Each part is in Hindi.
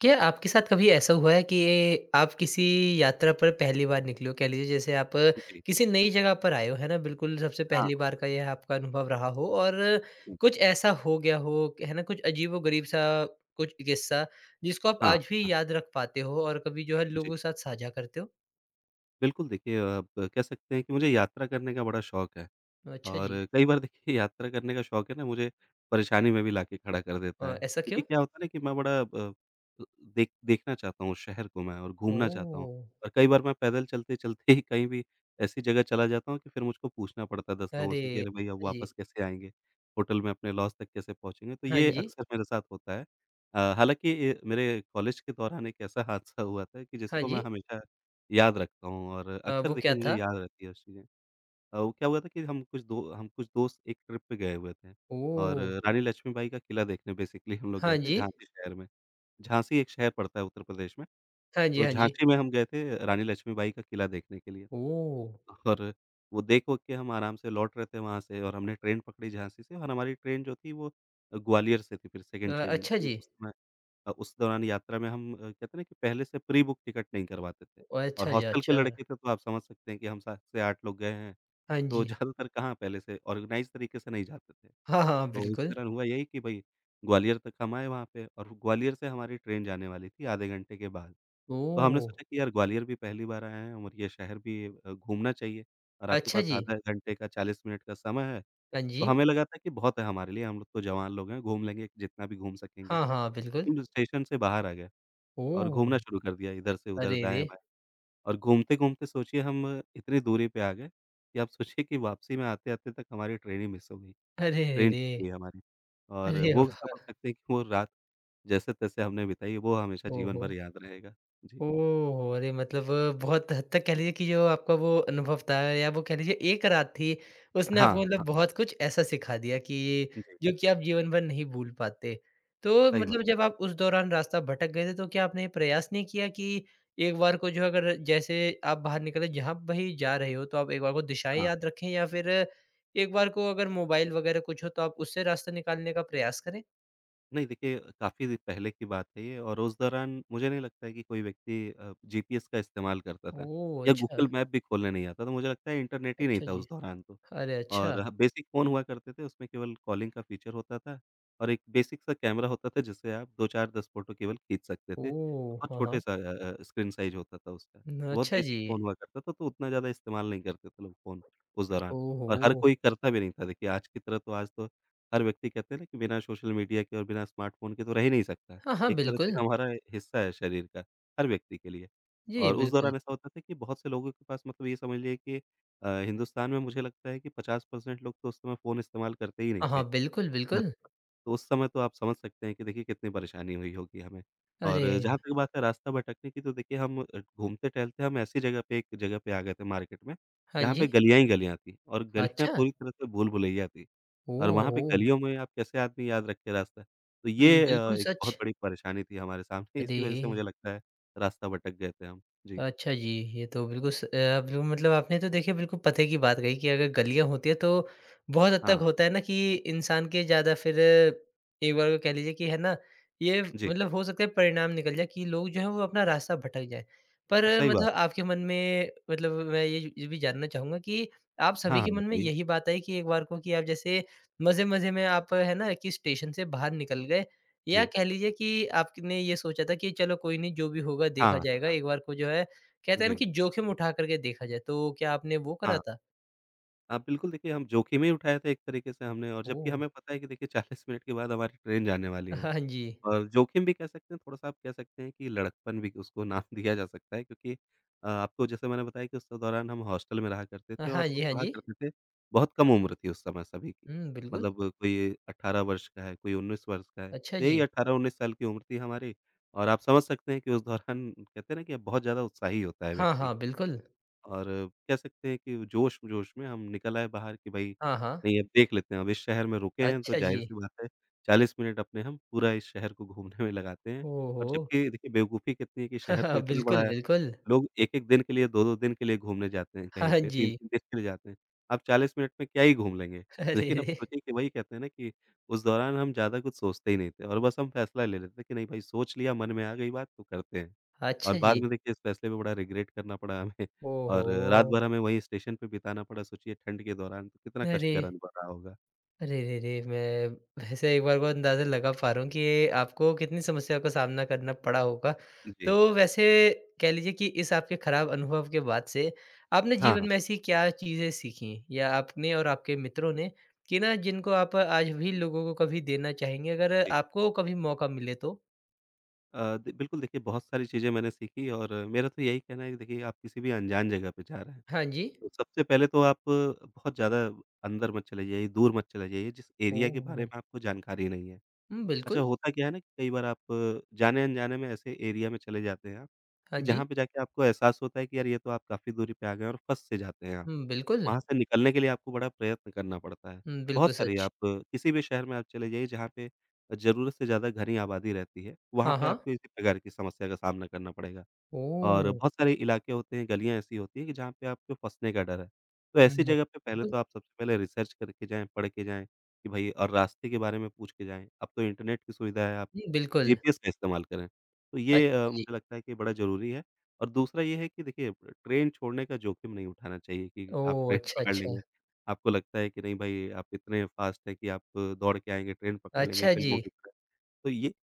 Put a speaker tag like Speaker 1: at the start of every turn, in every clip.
Speaker 1: क्या आपके साथ कभी ऐसा हुआ है कि आप किसी यात्रा पर पहली बार निकले हो? कह लीजिए जैसे आप
Speaker 2: जी।
Speaker 1: किसी नई जगह पर आए हो, है ना? बिल्कुल सबसे
Speaker 2: हाँ,
Speaker 1: पहली
Speaker 2: हाँ,
Speaker 1: बार का यह आपका अनुभव रहा हो और
Speaker 2: जी।
Speaker 1: कुछ ऐसा हो गया हो, है ना? कुछ अजीबो-गरीब सा कुछ किस्सा जिसको आप
Speaker 2: हाँ,
Speaker 1: आज भी
Speaker 2: हाँ,
Speaker 1: याद रख पाते हो और कभी जो है
Speaker 2: जी।
Speaker 1: लोगों के साथ साझा करते हो?
Speaker 2: बिल्कुल देखिए, आप कह सकते हैं कि मुझे यात्रा करने का बड़ा शौक है।
Speaker 1: अच्छा
Speaker 2: और
Speaker 1: जी।
Speaker 2: कई बार देखिए, यात्रा करने का शौक है ना, मुझे परेशानी में भी लाके खड़ा कर देता है।
Speaker 1: ऐसा क्यों?
Speaker 2: क्योंकि क्या होता है ना कि मैं बड़ा देखना चाहता हूँ उस शहर को मैं, और घूमना चाहता हूँ।
Speaker 1: ओह!
Speaker 2: और कई बार मैं पैदल चलते-चलते ही कहीं भी ऐसी जगह चला जाता हूँ कि फिर मुझको पूछना पड़ता है 10 लोगों से कि
Speaker 1: अरे!
Speaker 2: अरे भई, अब
Speaker 1: हाँ जी।
Speaker 2: वापस कैसे आएँगे? होटल में अपने लॉज तक कैसे पहुँचेंगे? तो
Speaker 1: हाँ
Speaker 2: ये
Speaker 1: जी।
Speaker 2: अक्सर मेरे साथ होता है। हालाँकि ये मेरे कॉलेज के दौरान एक ऐसा हादसा हुआ था कि
Speaker 1: हाँ
Speaker 2: जिसको मैं
Speaker 1: जी।
Speaker 2: हमेशा याद रखता हूँ, और अक्सर
Speaker 1: वो क्या
Speaker 2: देखिए मुझे
Speaker 1: था?
Speaker 2: याद रहती है वो चीज़ें। वो क्या हुआ था कि हम कुछ दोस्त एक ट्रिप पे गए हुए थे और
Speaker 1: ओह!
Speaker 2: रानी लक्ष्मीबाई का किला देखने बेसिकली हम लोग
Speaker 1: हाँ
Speaker 2: गए थे
Speaker 1: जी।
Speaker 2: झांसी शहर में। झांसी एक शहर पड़ता है उत्तर प्रदेश में।
Speaker 1: हाँ जी,
Speaker 2: तो
Speaker 1: हाँ जी।
Speaker 2: झांसी में हम गए थे रानी लक्ष्मीबाई का किला देखने के लिए,
Speaker 1: ओह!
Speaker 2: और वो देख ओख के हम आराम से लौट रहे थे वहाँ से, और हमने ट्रेन पकड़ी झांसी से। और हमारी ट्रेन जो थी वो ग्वालियर से थी, फिर सेकंड ट्रेन,
Speaker 1: अच्छा
Speaker 2: मतलब
Speaker 1: जी।
Speaker 2: उस समय उस दौरान यात्रा में हम कहते हैं ना कि पहले से प्री बुक टिकट नहीं करवाते थे,
Speaker 1: ओह!
Speaker 2: और
Speaker 1: अच्छा जी,
Speaker 2: हॉस्टल के
Speaker 1: अच्छा।
Speaker 2: लड़के थे, तो आप समझ सकते हैं कि हम 7 से 8 लोग गए हैं।
Speaker 1: हाँ
Speaker 2: तो
Speaker 1: जी।
Speaker 2: ज़्यादातर कहाँ पहले से ऑर्गेनाइज़ तरीके से नहीं जाते थे।
Speaker 1: हाँ, हाँ,
Speaker 2: तो इस
Speaker 1: बिल्कुल।
Speaker 2: तरह हुआ यही कि भई, ग्वालियर तक हम आए वहाँ पे, और ग्वालियर से हमारी ट्रेन जाने वाली थी आधे घंटे के बाद। तो हमने
Speaker 1: ओह!
Speaker 2: सोचा कि यार, ग्वालियर भी पहली बार आए हैं और ये शहर भी घूमना चाहिए, और आपके
Speaker 1: अच्छा
Speaker 2: पास
Speaker 1: जी।
Speaker 2: आधा घंटे का, 40 मिनट का समय है।
Speaker 1: हाँ
Speaker 2: तो
Speaker 1: जी।
Speaker 2: हमें लगा था कि बहुत है हमारे लिए, हम लोग तो जवान लोग हैं, घूम लेंगे जितना भी घूम सकेंगे।
Speaker 1: हाँ, हाँ, बिल्कुल।
Speaker 2: लेकिन स्टेशन से बाहर आ गए और
Speaker 1: ओह!
Speaker 2: घूमना शुरू कर दिया इधर से उधर,
Speaker 1: अरे रे!
Speaker 2: दाएँ-बाएँ। और घूमते-घूमते सोचिए, हम इतनी दूरी पे आ गए कि आप सोचिए कि वापसी में आते-आते तक हमारी ट्रेन ही मिस हो गई,
Speaker 1: अरे
Speaker 2: ट्रेन
Speaker 1: रे!
Speaker 2: छूट गई हमारी। और
Speaker 1: अरे
Speaker 2: वो
Speaker 1: वाह!
Speaker 2: समझ सकते हैं कि वो रात जैसे-तैसे हमने बिताई, वो हमेशा जीवन
Speaker 1: ओहो!
Speaker 2: भर याद रहेगा। जी।
Speaker 1: ओह! अरे मतलब बहुत हद तक कह लीजिए कि जो आपका वो अनुभव था या वो कह लीजिए एक रात थी, उसने
Speaker 2: हाँ,
Speaker 1: आपको मतलब
Speaker 2: हाँ।
Speaker 1: बहुत कुछ ऐसा सिखा दिया कि
Speaker 2: जी,
Speaker 1: जो कि आप जीवन भर नहीं भूल पाते। तो
Speaker 2: सही बात।
Speaker 1: मतलब जब आप उस दौरान रास्ता भटक गए थे, तो क्या आपने ये प्रयास नहीं किया कि एक बार को जो अगर जैसे आप बाहर निकले जहाँ भी जा रहे हो, तो आप एक बार को दिशाएँ
Speaker 2: हाँ,
Speaker 1: याद
Speaker 2: हाँ।
Speaker 1: रखें या फिर एक बार को अगर मोबाइल वगैरह कुछ हो, तो आप उससे रास्ता निकालने का प्रयास करें?
Speaker 2: नहीं देखिए, काफ़ी पहले की बात है ये, और उस दौरान मुझे नहीं लगता है कि कोई व्यक्ति जीपीएस का इस्तेमाल करता था,
Speaker 1: ओह!
Speaker 2: या
Speaker 1: अच्छा।
Speaker 2: गूगल मैप भी खोलने नहीं आता था। मुझे लगता है इंटरनेट ही नहीं
Speaker 1: अच्छा
Speaker 2: था
Speaker 1: जी।
Speaker 2: उस दौरान। तो
Speaker 1: अरे
Speaker 2: और
Speaker 1: अच्छा!
Speaker 2: ह बेसिक फ़ोन हुआ करते थे, उसमें केवल कॉलिंग का फ़ीचर होता था, और एक बेसिक सा कैमरा होता था जिससे आप 2-4 10 फ़ोटो केवल खींच सकते थे।
Speaker 1: ओह!
Speaker 2: बहुत
Speaker 1: हाँ, हाँ।
Speaker 2: छोटे सा स्क्रीन साइज़ होता था उसका।
Speaker 1: न
Speaker 2: तो बहुत
Speaker 1: अच्छा जी।
Speaker 2: बेसिक फ़ोन हुआ करता था, तो उतना ज़्यादा इस्तेमाल नहीं करते थे लोग फ़ोन उस दौरान, और हर
Speaker 1: ओहो!
Speaker 2: कोई करता भी नहीं था। देखिए, आज की तरह तो, आज तो हर व्यक्ति कहते हैं ना कि बिना सोशल मीडिया के और बिना स्मार्टफ़ोन के तो रह ही नहीं सकता। है।
Speaker 1: हाँ, हाँ,
Speaker 2: एक तरह से
Speaker 1: बिल्कुल।
Speaker 2: हमारा हिस्सा है शरीर का, हर व्यक्ति के लिए।
Speaker 1: जी,
Speaker 2: और उस
Speaker 1: बिल्कुल।
Speaker 2: दौरान ऐसा होता था कि बहुत से लोगों के पास, मतलब ये समझ लीजिए कि हिंदुस्तान में मुझे लगता है कि 50% लोग तो उस समय फ़ोन इस्तेमाल करते ही नहीं
Speaker 1: हाँ,
Speaker 2: थे।
Speaker 1: हाँ, बिल्कुल, बिल्कुल।
Speaker 2: तो उस समय तो आप समझ सकते हैं कि देखिए कितनी परेशानी हुई होगी हमें।
Speaker 1: अरे!
Speaker 2: और जहाँ तक बात है रास्ता भटकने की, तो देखिए हम घूमते-टहलते हम ऐसी जगह पे, एक जगह पे आ गए थे मार्केट में,
Speaker 1: हाँ
Speaker 2: जहाँ पे
Speaker 1: जी।
Speaker 2: गलियाँ ही गलियाँ थी, और गलियाँ
Speaker 1: अच्छा?
Speaker 2: पूरी तरह से भूल-भुलैया थी। और
Speaker 1: ओह
Speaker 2: वहाँ पे
Speaker 1: हो!
Speaker 2: गलियों में आप कैसे आदमी याद रखे रास्ता? तो
Speaker 1: हुँ,
Speaker 2: ये
Speaker 1: बिल्कुल
Speaker 2: एक बहुत
Speaker 1: सच।
Speaker 2: बड़ी परेशानी थी हमारे सामने, इसी
Speaker 1: अरे!
Speaker 2: वजह से मुझे लगता है रास्ता भटक गए थे हम। जी।
Speaker 1: अच्छा जी, ये तो बिल्कुल मतलब आपने तो देखिए बिल्कुल पते की बात कही कि अगर गलियाँ होती हैं तो बहुत हद तक
Speaker 2: हाँ,
Speaker 1: होता है ना कि इंसान के ज़्यादा फिर एक बार को कह लीजिए कि है ना, ये
Speaker 2: जी।
Speaker 1: मतलब हो सकता है परिणाम निकल जाए कि लोग जो हैं वो अपना रास्ता भटक जाएँ। पर
Speaker 2: सही
Speaker 1: मतलब
Speaker 2: बात।
Speaker 1: आपके मन में मतलब मैं ये भी जानना चाहूँगा कि आप
Speaker 2: हाँ,
Speaker 1: सभी
Speaker 2: हाँ,
Speaker 1: के मन में
Speaker 2: बताइए।
Speaker 1: यही बात आई कि एक बार को कि आप जैसे मज़े-मज़े में आप है ना कि स्टेशन से बाहर निकल गए या
Speaker 2: जी।
Speaker 1: कह लीजिए कि आपने ये सोचा था कि चलो कोई नहीं जो भी होगा देखा
Speaker 2: हाँ,
Speaker 1: जाएगा
Speaker 2: हाँ।
Speaker 1: एक बार को जो है कहते हैं ना
Speaker 2: जी।
Speaker 1: कि जोखिम उठा करके देखा जाए, तो क्या आपने वो करा
Speaker 2: हाँ।
Speaker 1: था?
Speaker 2: हाँ, बिल्कुल देखिए, हम जोखिम ही उठाया था एक तरीके से हमने, और जबकि
Speaker 1: ओह!
Speaker 2: हमें पता है कि देखिए 40 मिनट के बाद हमारी ट्रेन जाने वाली है।
Speaker 1: हाँ जी।
Speaker 2: और जोखिम भी कह सकते हैं, थोड़ा-सा आप कह सकते हैं कि लड़कपन भी उसको नाम दिया जा सकता है, क्योंकि आपको जैसे मैंने बताया कि उस दौरान हम हॉस्टल में रहा करते थे
Speaker 1: हाँ
Speaker 2: और
Speaker 1: जी, हाँ
Speaker 2: पढ़ा
Speaker 1: जी।
Speaker 2: करते थे। बहुत कम उम्र थी उस समय सभी की,
Speaker 1: हुँ, बिल्कुल।
Speaker 2: मतलब कोई 18 वर्ष का है, कोई 19 वर्ष का है।
Speaker 1: अच्छा
Speaker 2: तो यही
Speaker 1: जी।
Speaker 2: 18-19 साल की उम्र थी हमारी, और आप समझ सकते हैं कि उस दौरान, कहते हैं ना कि बहुत ज़्यादा उत्साही होता है
Speaker 1: हाँ,
Speaker 2: व्यक्ति।
Speaker 1: हाँ, बिल्कुल।
Speaker 2: और कह सकते हैं कि जोश-जोश में हम निकल आए बाहर कि भई
Speaker 1: हाँ, हाँ।
Speaker 2: नहीं, अब देख लेते हैं, अब इस शहर में रुके हैं तो
Speaker 1: अच्छा जी।
Speaker 2: ज़ाहिर-सी बात है, 40 मिनट अपने हम पूरा इस शहर को घूमने में लगाते हैं। और
Speaker 1: ओहो!
Speaker 2: जबकि देखिए, बेवकूफ़ी कितनी है कि शहर तो इतना बड़ा
Speaker 1: बिल्कुल,
Speaker 2: है,
Speaker 1: बिल्कुल।
Speaker 2: लोग 1-1 दिन के लिए, 2-2 दिन के लिए घूमने जाते हैं कहीं
Speaker 1: हाँ
Speaker 2: पे,
Speaker 1: जी।
Speaker 2: 3-3 दिन के लिए जाते हैं। आप 40 मिनट में क्या ही घूम लेंगे?
Speaker 1: अरे
Speaker 2: लेकिन अब
Speaker 1: रे!
Speaker 2: सोचिए कि वही, कहते हैं ना कि उस दौरान हम ज़्यादा कुछ सोचते ही नहीं थे, और बस हम फैसला ले लेते थे कि नहीं भाई, सोच लिया, मन में आ गई बात, तो करते हैं। और
Speaker 1: अच्छा
Speaker 2: बाद
Speaker 1: जी।
Speaker 2: में देखिए, इस फैसले पे बड़ा रिग्रेट करना पड़ा हमें, और रात
Speaker 1: ओहो!
Speaker 2: भर हमें वहीं स्टेशन पे बिताना पड़ा, सोचिए ठंड के दौरान तो कितना
Speaker 1: अरे!
Speaker 2: कष्टकर अनुभव रहा होगा।
Speaker 1: अरे रे रे! मैं वैसे एक बार को अंदाज़ा लगा पा रहा हूँ कि ये आपको कितनी समस्या का सामना करना पड़ा होगा। तो
Speaker 2: जी।
Speaker 1: वैसे कह लीजिए कि इस आपके खराब अनुभव के बाद से आपने
Speaker 2: हाँ,
Speaker 1: जीवन
Speaker 2: हाँ।
Speaker 1: में ऐसी क्या चीज़ें सीखी या आपने और आपके मित्रों ने कि ना जिनको आप आज भी लोगों को कभी देना चाहेंगे अगर
Speaker 2: जी।
Speaker 1: आपको कभी मौका मिले तो?
Speaker 2: अ, द बिल्कुल देखिए, बहुत सारी चीज़ें मैंने सीखी, और मेरा तो यही कहना है कि देखिए, आप किसी भी अनजान जगह पे जा रहे हैं,
Speaker 1: हाँ जी।
Speaker 2: तो सबसे पहले तो आप बहुत ज़्यादा अंदर मत चले जाइए, दूर मत चले जाइए जिस एरिया के बारे
Speaker 1: ओह!
Speaker 2: में आपको जानकारी नहीं है।
Speaker 1: हुँ,
Speaker 2: अच्छा
Speaker 1: बिल्कुल।
Speaker 2: होता क्या है ना कि कई बार आप जाने-अनजाने में ऐसे एरिया में चले जाते हैं आप,
Speaker 1: हाँ
Speaker 2: कि
Speaker 1: जी।
Speaker 2: जहाँ पे जाके आपको एहसास होता है कि यार, ये तो आप काफ़ी दूरी पे आ गए हैं, और फँस से जाते हैं आप।
Speaker 1: हुँ, बिल्कुल।
Speaker 2: वहाँ से निकलने के लिए आपको बड़ा प्रयत्न करना पड़ता है।
Speaker 1: हुँ, बिल्कुल
Speaker 2: बहुत सारी,
Speaker 1: सच।
Speaker 2: आप किसी भी शहर में आप चले जाइए जहाँ पे ज़रूरत से ज़्यादा घनी आबादी रहती है, वहाँ
Speaker 1: हाँ,
Speaker 2: पे
Speaker 1: हाँ।
Speaker 2: आपको इसी प्रकार की समस्या का सामना करना पड़ेगा। और
Speaker 1: ओह!
Speaker 2: बहुत सारे इलाके होते हैं, गलियाँ ऐसी होती हैं कि जहाँ पे आपको फँसने का डर है। तो
Speaker 1: हुँ,
Speaker 2: ऐसी जगह पे पहले
Speaker 1: बिल्कुल।
Speaker 2: तो आप सबसे पहले रिसर्च करके जाएँ, पढ़ के जाएँ कि भई, और रास्ते के बारे में पूछ के जाएँ। अब तो इंटरनेट की सुविधा है, आप
Speaker 1: हुँ, बिल्कुल।
Speaker 2: जीपीएस का इस्तेमाल करें। तो ये
Speaker 1: अच्छा जी।
Speaker 2: मुझे लगता है कि बड़ा ज़रूरी है। और दूसरा ये है कि देखिए, ट्रेन छोड़ने का जोखिम नहीं उठाना चाहिए कि आप
Speaker 1: ओह!
Speaker 2: ट्रेन
Speaker 1: अच्छा,
Speaker 2: पकड़
Speaker 1: अच्छा।
Speaker 2: लेंगे। आपको लगता है कि नहीं भाई, आप इतने फ़ास्ट हैं कि आप दौड़ के आएँगे, ट्रेन पकड़ लेंगे
Speaker 1: अच्छा जी।
Speaker 2: फ़िल्मों की तरह। तो ये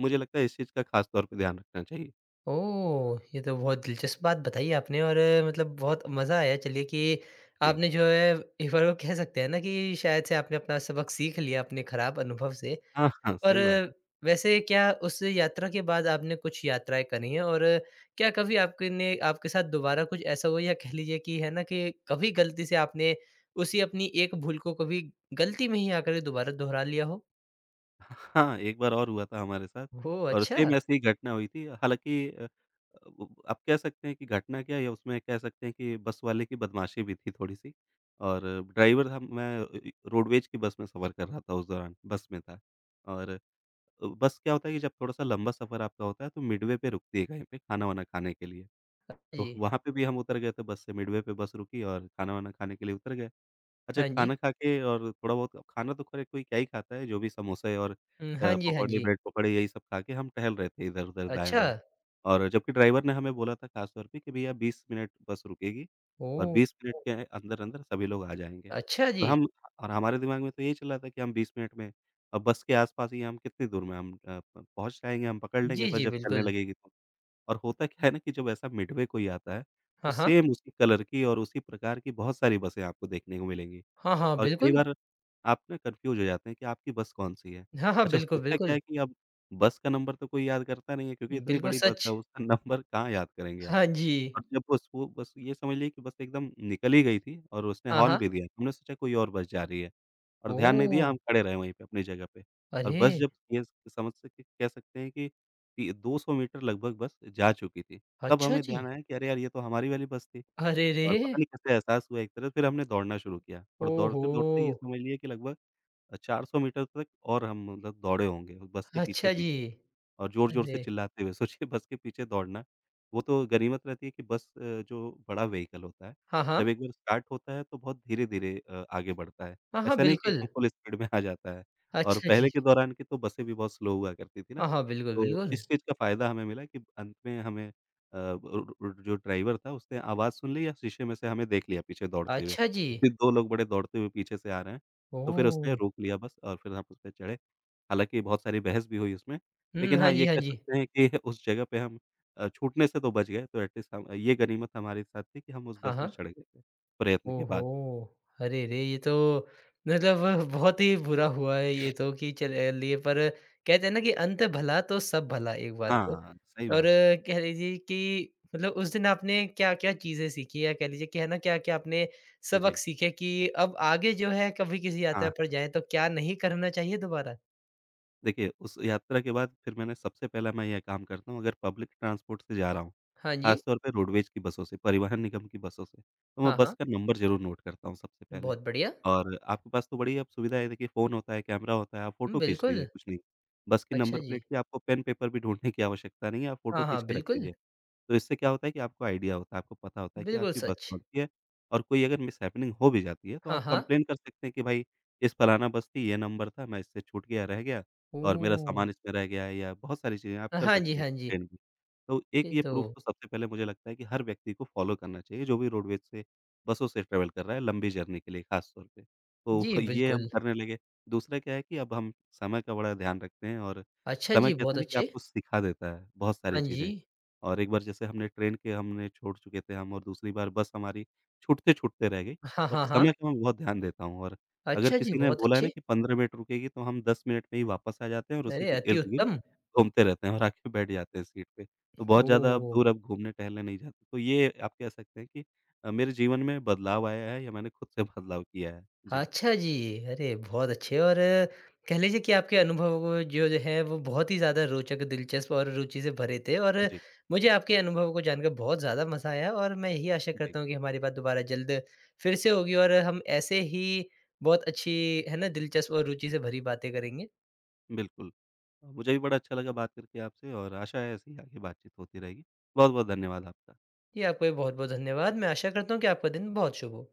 Speaker 2: मुझे लगता है इस चीज़ का ख़ास तौर पे ध्यान रखना चाहिए।
Speaker 1: ओह! ये तो बहुत दिलचस्प बात बताई आपने और मतलब बहुत मज़ा आया चलिए कि
Speaker 2: जी।
Speaker 1: आपने जो है एक बार को कह सकते हैं ना कि शायद से आपने अपना सबक सीख लिया अपने खराब अनुभव से।
Speaker 2: हाँ, हाँ,
Speaker 1: और
Speaker 2: सही बात है।
Speaker 1: वैसे क्या उस यात्रा के बाद आपने कुछ यात्राएँ करी हैं और क्या कभी आपके साथ दोबारा कुछ ऐसा हुआ या कह लीजिए कि है ना कि कभी गलती से आपने उसी अपनी एक भूल को कभी गलती में ही आकर के दोबारा दोहरा लिया हो?
Speaker 2: हाँ, एक बार और हुआ था हमारे साथ,
Speaker 1: ओह!
Speaker 2: और
Speaker 1: अच्छा।
Speaker 2: सेम ऐसी ही घटना हुई थी। हालाँकि अ, ब आप कह सकते हैं कि घटना क्या, या उसमें कह सकते हैं कि बस वाले की बदमाशी भी थी थोड़ी-सी, और ड्राइवर था। मैं अ, इ रोडवेज की बस में सफ़र कर रहा था उस दौरान, बस में था, और बस क्या होता है कि जब थोड़ा-सा लंबा सफ़र आपका होता है, तो मिडवे पे रुकती है कहीं पे खाना-वाना खाने के लिए। तो
Speaker 1: जी।
Speaker 2: वहाँ पे भी हम उतर गए थे बस से, मिडवे पे बस रुकी और खाना-वाना खाने के लिए उतर गए। अच्छा,
Speaker 1: हाँ जी।
Speaker 2: खाना खा के, और थोड़ा बहुत खाना तो खैर कोई क्या ही खाता है, जो भी समोसे और
Speaker 1: हुँ, हाँ जी, हाँ
Speaker 2: पकौड़े,
Speaker 1: जी।
Speaker 2: ब्रेड पकौड़े, यही सब खा के हम टहल रहे थे इधर-उधर,
Speaker 1: अच्छा!
Speaker 2: दाएँ-बाएँ। और जबकि ड्राइवर ने हमें बोला था खास तौर पे कि भैया, 20 मिनट बस रुकेगी और
Speaker 1: ओह!
Speaker 2: 20 मिनट के अंदर-अंदर सभी लोग आ जाएँगे।
Speaker 1: अच्छा जी।
Speaker 2: और हम और हमारे दिमाग में तो यही चल रहा था कि हम 20 मिनट में, और बस के आस-पास ही हम, कितनी दूर में हम अ, प पहुँच जाएँगे, हम पकड़ लेंगे
Speaker 1: जी,
Speaker 2: बस
Speaker 1: जी,
Speaker 2: जब चलने
Speaker 1: बिल्कुल।
Speaker 2: लगेगी तो। और होता क्या है ना कि जब ऐसा मिडवे कोई आता है, तो
Speaker 1: हाँ, हाँ।
Speaker 2: सेम उसी कलर की और उसी प्रकार की बहुत सारी बसें आपको देखने को मिलेंगी,
Speaker 1: हाँ, हाँ,
Speaker 2: और कई
Speaker 1: बिल्कुल।
Speaker 2: बार आप ना कन्फ्यूज़ हो जाते हैं कि आपकी बस कौन-सी है।
Speaker 1: हाँ, हाँ,
Speaker 2: अच्छा,
Speaker 1: बिल्कुल,
Speaker 2: होता क्या
Speaker 1: बिल्कुल।
Speaker 2: है कि अब बस का नंबर तो कोई याद करता नहीं है, क्योंकि इतनी
Speaker 1: बिल्कुल
Speaker 2: बड़ी बस
Speaker 1: सच।
Speaker 2: है, उसका नंबर कहाँ याद करेंगे आप?
Speaker 1: हाँ जी।
Speaker 2: और जब बस वो बस ये समझ लीजिए कि बस एकदम निकल ही गई थी और उसने
Speaker 1: हाँ,
Speaker 2: हॉर्न
Speaker 1: हाँ।
Speaker 2: भी दिया। हमने सोचा कोई और बस जा रही है और ध्यान नहीं
Speaker 1: ओह!
Speaker 2: दिया, हम खड़े रहे वहीं पे अपनी जगह पे। और बस
Speaker 1: अरे!
Speaker 2: जब ये समझ सके कह सकते हैं कि ती 200 मीटर लगभग बस जा चुकी थी। तब
Speaker 1: अच्छा
Speaker 2: हमें
Speaker 1: जी।
Speaker 2: ध्यान आया कि अरे यार, ये तो हमारी वाली बस थी
Speaker 1: अरे रे!
Speaker 2: और पता नहीं कैसे एहसास हुआ एक तरह। फिर हमने दौड़ना शुरू किया और
Speaker 1: ओहो!
Speaker 2: दौड़ते-दौड़ते ये समझ लिए कि लगभग 400 मीटर तक और हम मतलब दौड़े होंगे उस बस के
Speaker 1: अच्छा जी।
Speaker 2: पीछे-पीछे और ज़ोर-ज़ोर से
Speaker 1: अरे!
Speaker 2: चिल्लाते हुए। सोचिए बस के पीछे दौड़ना। वो तो गनीमत रहती है कि बस जो बड़ा व्हीकल होता है,
Speaker 1: हाँ, हाँ।
Speaker 2: जब एक बार स्टार्ट होता है तो बहुत धीरे-धीरे आगे बढ़ता है।
Speaker 1: हाँ, हाँ,
Speaker 2: ऐसा नहीं कि
Speaker 1: बिल्कुल।
Speaker 2: एकदम फुल स्पीड में आ जाता है। और
Speaker 1: अच्छा जी।
Speaker 2: पहले के दौरान की तो बसें भी बहुत स्लो हुआ करती थी ना,
Speaker 1: हाँ, हाँ, बिल्कुल,
Speaker 2: तो
Speaker 1: बिल्कुल।
Speaker 2: इस चीज़ का फ़ायदा हमें मिला कि अंत में हमें अ, ब र र जो ड्राइवर था उसने आवाज़ सुन ली या शीशे में से हमें देख लिया पीछे दौड़ते हुए।
Speaker 1: अच्छा जी।
Speaker 2: फिर 2 लोग बड़े दौड़ते हुए पीछे से आ रहे हैं। तो फिर उसने
Speaker 1: ओह!
Speaker 2: रोक लिया बस और फिर हम उसपे चढ़े। हालाँकि बहुत सारी बहस भी हुई उसमें,
Speaker 1: हुँ,
Speaker 2: लेकिन
Speaker 1: हाँ
Speaker 2: हाँ,
Speaker 1: जी,
Speaker 2: ये
Speaker 1: हाँ
Speaker 2: कह
Speaker 1: जी।
Speaker 2: सकते हैं कि उस जगह पे हम छूटने से तो बच गए। तो एटलीस्ट हम, ये गनीमत हमारे साथ थी कि हम उस
Speaker 1: हाँ,
Speaker 2: बस में
Speaker 1: हाँ।
Speaker 2: चढ़ गए थे, प्रयत्न के
Speaker 1: ओहो!
Speaker 2: बाद।
Speaker 1: अरे रे! ये तो मतलब बहुत ही बुरा हुआ है ये तो कि चलिए पर कहते हैं ना कि अंत भला तो सब भला एक बार को।
Speaker 2: हाँ, सही
Speaker 1: और
Speaker 2: बात
Speaker 1: कह लीजिए कि मतलब उस दिन आपने क्या-क्या चीज़ें सीखी या कह लीजिए कि है ना क्या-क्या आपने
Speaker 2: है।
Speaker 1: सबक
Speaker 2: जी।
Speaker 1: सीखे कि अब आगे जो है कभी किसी यात्रा
Speaker 2: हाँ।
Speaker 1: पर जाएँ तो क्या नहीं करना चाहिए दोबारा?
Speaker 2: देखिए, उस यात्रा के बाद फिर मैंने, सबसे पहला मैं यह काम करता हूँ अगर पब्लिक ट्रांसपोर्ट से जा रहा हूँ,
Speaker 1: हाँ जी।
Speaker 2: ख़ासतौर पे रोडवेज़ की बसों से, परिवहन निगम की बसों से, तो मैं
Speaker 1: हाँ,
Speaker 2: बस
Speaker 1: हाँ।
Speaker 2: का नंबर ज़रूर नोट करता हूँ सबसे पहले।
Speaker 1: बहुत बढ़िया।
Speaker 2: और आपके पास तो बड़ी अब सुविधा है, देखिए फ़ोन होता है, कैमरा होता है, आप
Speaker 1: हुँ,
Speaker 2: फ़ोटो खींच
Speaker 1: बिल्कुल।
Speaker 2: लीजिए, कुछ नहीं। बस की
Speaker 1: अच्छा
Speaker 2: नंबर
Speaker 1: जी।
Speaker 2: प्लेट की, आपको पेन पेपर भी ढूँढने की आवश्यकता नहीं है, आप फ़ोटो
Speaker 1: हाँ, हाँ।
Speaker 2: खींच के रख
Speaker 1: बिल्कुल,
Speaker 2: लीजिए। तो इससे क्या होता है कि आपको आइडिया होता है, आपको पता होता है कि
Speaker 1: बिल्कुल
Speaker 2: आपकी बस
Speaker 1: सच।
Speaker 2: कौन-सी है और कोई अगर मिसहैपनिंग हो भी जाती है, तो
Speaker 1: हाँ,
Speaker 2: आप
Speaker 1: हाँ।
Speaker 2: कंप्लेन कर सकते हैं कि भाई इस फलाना बस थी, ये नंबर था, मैं इससे छूट गया, रह गया। और मेरा
Speaker 1: ओह!
Speaker 2: सामान इसमें रह गया है, या बहुत सारी चीज़ें आप कर
Speaker 1: हाँ जी,
Speaker 2: सकते हैं
Speaker 1: हाँ जी।
Speaker 2: कंप्लेंट भी। तो एक
Speaker 1: ये
Speaker 2: ये
Speaker 1: तो
Speaker 2: प्रूफ़ तो सबसे पहले मुझे लगता है कि हर व्यक्ति को फ़ॉलो करना चाहिए, जो भी रोडवेज़ से बसों से ट्रैवल कर रहा है लंबी जर्नी के लिए ख़ास तौर पे। तो
Speaker 1: जी,
Speaker 2: ये हम
Speaker 1: बिल्कुल।
Speaker 2: करने लगे। दूसरा क्या है कि अब हम समय का बड़ा ध्यान रखते हैं और
Speaker 1: अच्छा
Speaker 2: समय
Speaker 1: जी,
Speaker 2: कहते
Speaker 1: बहुत
Speaker 2: हैं ना कि
Speaker 1: अच्छे।
Speaker 2: आपको सिखा देता है बहुत सारी
Speaker 1: हाँ जी।
Speaker 2: चीज़ें। और एक बार जैसे हमने ट्रेन के हमने छोड़ चुके थे हम और दूसरी बार बस हमारी छूटते-छूटते रह गई,
Speaker 1: हाँ,
Speaker 2: तो अब
Speaker 1: हाँ, हाँ।
Speaker 2: समय का मैं बहुत ध्यान देता हूँ और अगर
Speaker 1: अच्छा जी,
Speaker 2: किसी ने
Speaker 1: बहुत
Speaker 2: बोला है ना
Speaker 1: अच्छे।
Speaker 2: कि 15 मिनट रुकेगी तो हम 10 मिनट में ही वापस आ जाते हैं और उसी
Speaker 1: अरे,
Speaker 2: के
Speaker 1: अति
Speaker 2: इर्द-गिर्द
Speaker 1: उत्तम।
Speaker 2: घूमते रहते हैं और आके बैठ जाते हैं सीट पे। तो बहुत ज़्यादा अब
Speaker 1: ओह!
Speaker 2: दूर, अब घूमने टहलने नहीं जाते। तो ये आप कह सकते हैं कि मेरे जीवन में बदलाव आया है या मैंने खुद से बदलाव किया है। जी,
Speaker 1: अच्छा जी। अरे, बहुत अच्छे और कह लीजिए कि आपके अनुभव को जो जो है वो बहुत ही ज़्यादा रोचक, दिलचस्प और रुचि से भरे थे और
Speaker 2: जी,
Speaker 1: मुझे आपके अनुभव को जानकर बहुत ज़्यादा मज़ा आया और मैं यही आशा
Speaker 2: जी,
Speaker 1: करता हूँ कि हमारी बात दोबारा जल्द फिर से होगी और हम ऐसे ही बहुत अच्छी है ना, दिलचस्प और रुचि से भरी बातें करेंगे।
Speaker 2: बिल्कुल। मुझे भी बड़ा अच्छा लगा बात करके आपसे और आशा है ऐसे ही आगे बातचीत होती रहेगी। बहुत-बहुत धन्यवाद आपका।
Speaker 1: जी, आपका भी बहुत-बहुत धन्यवाद। मैं आशा करता हूँ कि आपका दिन बहुत शुभ हो।